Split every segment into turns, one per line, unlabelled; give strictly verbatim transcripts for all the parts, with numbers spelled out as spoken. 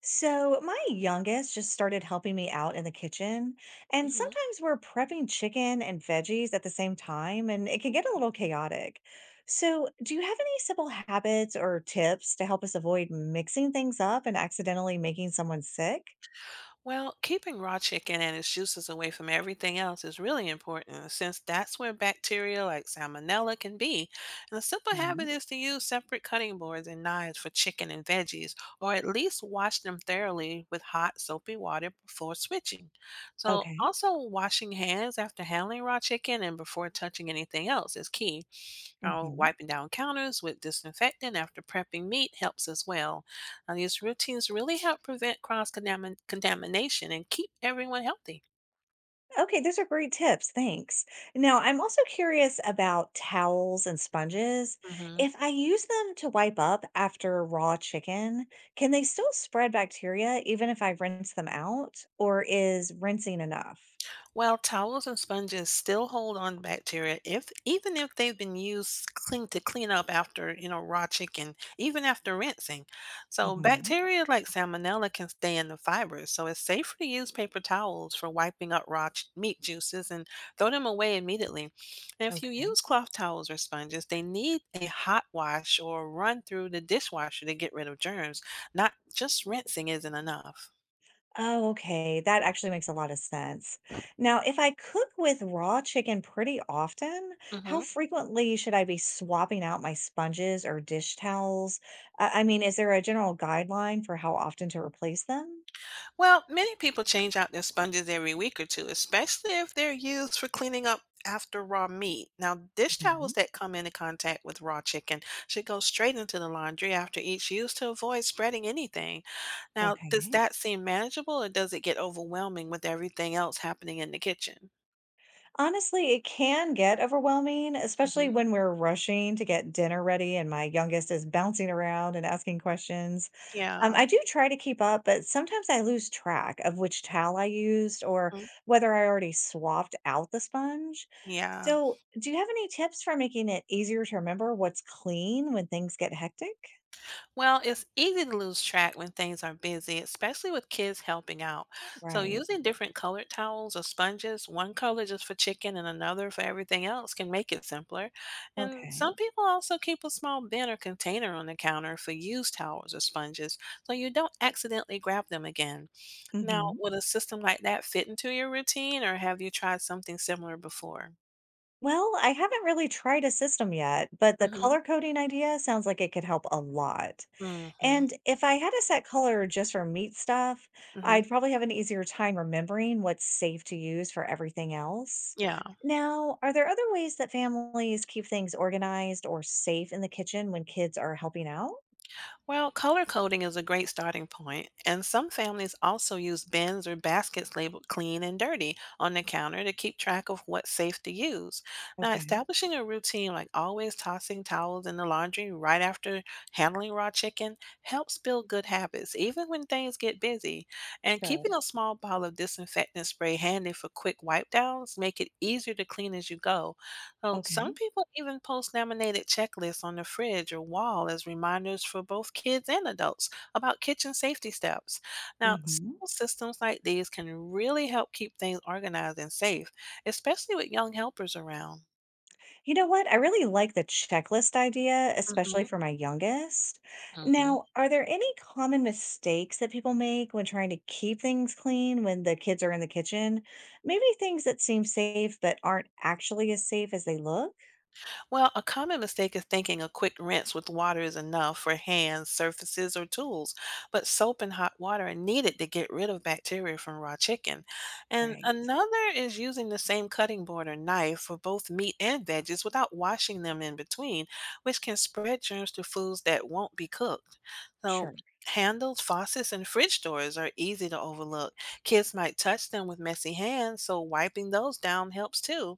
So, my youngest just started helping me out in the kitchen, and
hmm
sometimes we're prepping chicken and veggies at the same time, and it can get a little chaotic. So, do you have any simple habits or tips to help us avoid mixing things up and accidentally making someone sick?
Well, keeping raw chicken and its juices away from everything else is really important since that's where bacteria like salmonella can be. And a simple
Mhm.
habit is to use separate cutting boards and knives for chicken and veggies, or at least wash them thoroughly with hot, soapy water before switching. So,
Okay.
also washing hands after handling raw chicken and before touching anything else is key. While
Hmm.
wiping down counters with disinfectant after prepping meat helps as well. Now, these routines really help prevent cross contamination and keep everyone healthy.
Okay, those are great tips. Thanks. Now, I'm also curious about towels and sponges.
Mhm.
If I use them to wipe up after raw chicken, can they still spread bacteria even if I rinse them out, or is rinsing enough?
Well, towels and sponges still hold on bacteria if even if they've been used clean to clean up after, you know, raw chicken, even after rinsing. So
Mhm.
bacteria like salmonella can stay in the fibers. So it's safer to use paper towels for wiping up raw ch- meat juices and throw them away immediately. And if you
Okay.
use cloth towels or sponges, they need a hot wash or run through the dishwasher to get rid of germs. Not just rinsing isn't enough.
Oh, okay. That actually makes a lot of sense. Now, if I cook with raw chicken pretty often, how
Mhm.
frequently should I be swapping out my sponges or dish towels? I I mean, is there a general guideline for how often to replace them?
Well, many people change out their sponges every week or two, especially if they're used for cleaning up after raw meat. Now, dish towels
Mhm.
that come into contact with raw chicken should go straight into the laundry after each use to avoid spreading anything. Now, does
Okay.
that seem manageable or does it get overwhelming with everything else happening in the kitchen?
Honestly, it can get overwhelming, especially
hmm
when we're rushing to get dinner ready and my youngest is bouncing around and asking questions. Um,
Yeah.
I do try to keep up, but sometimes I lose track of which towel I used or
mhm,
whether I already swapped out the sponge.
Yeah.
So, do you have any tips for making it easier to remember what's clean when things get hectic?
Well, it's easy to lose track when things are busy, especially with kids helping out. So,
Right.
using different colored towels or sponges, one color just for chicken and another for everything else, can make it simpler. And
Okay.
some people also keep a small bin or container on the counter for used towels or sponges so you don't accidentally grab them again. Now,
Hmm.
would a system like that fit into your routine, or have you tried something similar before?
Well, I haven't really tried a system yet, but the
Mm hmm.
color coding idea sounds like it could help a lot.
Mm hmm.
And if I had a set color just for meat stuff,
Mm hmm.
I'd probably have an easier time remembering what's safe to use for everything else.
Yeah.
Now, are there other ways that families keep things organized or safe in the kitchen when kids are helping out?
Well, color coding is a great starting point, and some families also use bins or baskets labeled clean and dirty on the counter to keep track of what's safe to use. Now,
Okay,
establishing a routine like always tossing towels in the laundry right after handling raw chicken helps build good habits, even when things get busy. And
sure.
keeping a small bottle of disinfectant spray handy for quick wipe downs make it easier to clean as you go so some
Okay.
people even post laminated checklists on the fridge or wall as reminders for both kids and adults about kitchen safety steps. Now,
Hmm.
simple systems like these can really help keep things organized and safe, especially with young helpers around.
You know what? I really like the checklist idea, especially
hmm
for my youngest.
hmm
Now, are there any common mistakes that people make when trying to keep things clean when the kids are in the kitchen? Maybe things that seem safe but aren't actually as safe as they look?
Well, a common mistake is thinking a quick rinse with water is enough for hands, surfaces, or tools, but soap and hot water are needed to get rid of bacteria from raw chicken. And
Right.
another is using the same cutting board or knife for both meat and veggies without washing them in between, which can spread germs to foods that won't be cooked. So,
Sure.
handles, faucets, and fridge doors are easy to overlook. Kids might touch them with messy hands, so wiping those down helps too.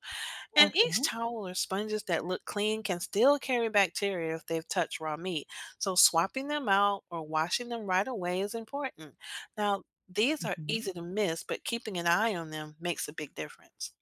And
Okay.
each towel or sponges that look clean can still carry bacteria if they've touched raw meat. So swapping them out or washing them right away is important. Now, these are
Mhm.
easy to miss, but keeping an eye on them makes a big difference.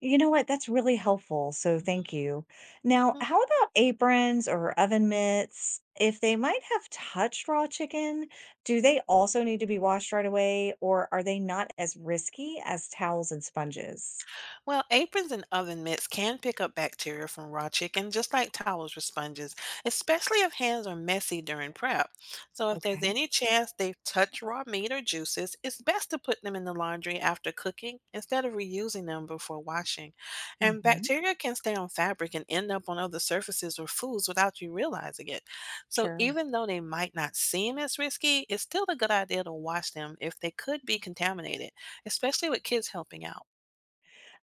You know what? That's really helpful, so thank
Mhm.
you. Now, how about aprons or oven mitts? If they might have touched raw chicken, do they also need to be washed right away, or are they not as risky as towels and sponges?
Well, aprons and oven mitts can pick up bacteria from raw chicken just like towels or sponges, especially if hands are messy during prep. So, if there's
Okay.
any chance they've touched raw meat or juices, it's best to put them in the laundry after cooking instead of reusing them before washing. And
Hmm.
bacteria can stay on fabric and end up on other surfaces or foods without you realizing it. So,
Sure.
even though they might not seem as risky, it's still a good idea to wash them if they could be contaminated, especially with kids helping out.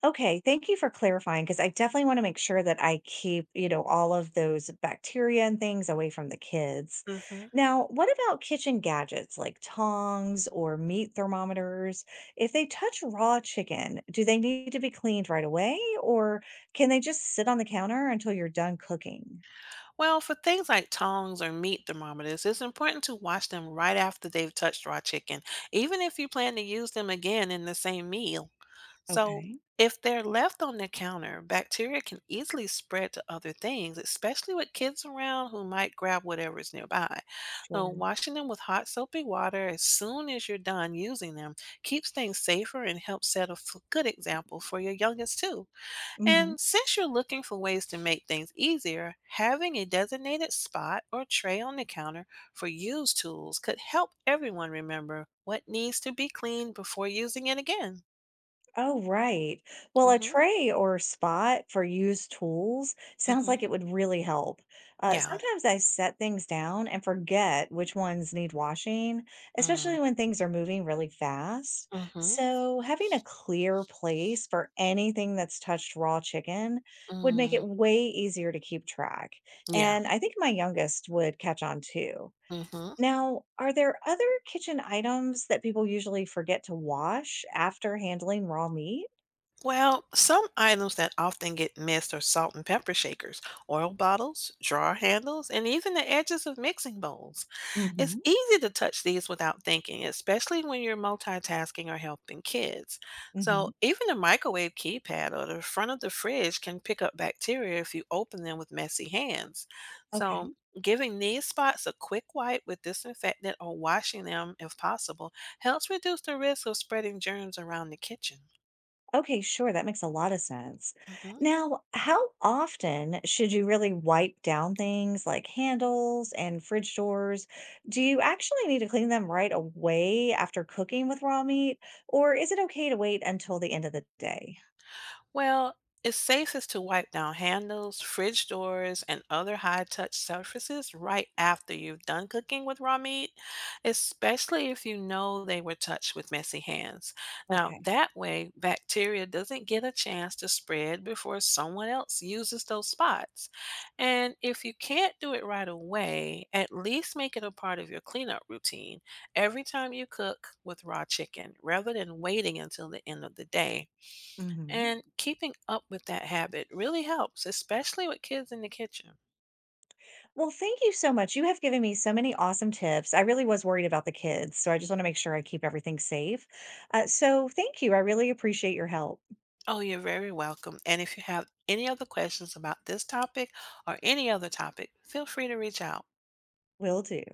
Okay, thank you for clarifying because I definitely want to make sure that I keep, you know, all of those bacteria and things away from the kids.
hmm
Now, what about kitchen gadgets like tongs or meat thermometers? If they touch raw chicken, do they need to be cleaned right away or can they just sit on the counter until you're done cooking?
Well, for things like tongs or meat thermometers, it's important to wash them right after they've touched raw chicken, even if you plan to use them again in the same meal. So,
Okay,
if they're left on the counter, bacteria can easily spread to other things, especially with kids around who might grab whatever's nearby. So,
sure.
washing them with hot soapy water as soon as you're done using them keeps things safer and helps set a f- good example for your youngest, too. And since you're looking for ways to make things easier, having a designated spot or tray on the counter for used tools could help everyone remember what needs to be cleaned before using it again.
Oh, right. Well, a
Mhm.
tray or spot for used tools sounds like
Mhm.
it would really help. Uh,
Yeah.
sometimes I set things down and forget which ones need washing,
Mm.
especially when things are moving really fast.
Mhm.
So, having a clear place for anything that's touched raw chicken would make
Mm,
it way easier to keep track.
yeah.
And I think my youngest would catch on too.
Mhm.
Now, are there other kitchen items that people usually forget to wash after handling raw meat?
Well, some items that often get missed are salt and pepper shakers, oil bottles, drawer handles, and even the edges of mixing bowls. It's
Mhm,
easy to touch these without thinking, especially when you're multitasking or helping kids. So,
mhm.
even a microwave keypad or the front of the fridge can pick up bacteria if you open them with messy hands. So,
Okay.
giving these spots a quick wipe with disinfectant or washing them if possible helps reduce the risk of spreading germs around the kitchen.
Okay, sure, that makes a lot of sense.
Mhm.
Now, how often should you really wipe down things like handles and fridge doors? Do you actually need to clean them right away after cooking with raw meat, or is it okay to wait until the end of the day?
Well, it's safest to wipe down handles, fridge doors, and other high touch surfaces right after you've done cooking with raw meat, especially if you know they were touched with messy hands. Now,
Okay.
that way, bacteria doesn't get a chance to spread before someone else uses those spots. And if you can't do it right away, at least make it a part of your cleanup routine every time you cook with raw chicken rather than waiting until the end of the day. And
Hmm.
keeping up with that habit really helps, especially with kids in the kitchen.
Well, thank you so much. You have given me so many awesome tips. I really was worried about the kids, so I just want to make sure I keep everything safe. Uh, so, thank you. I really appreciate your help.
Oh, you're very welcome. And if you have any other questions about this topic or any other topic, feel free to reach out.
Will do.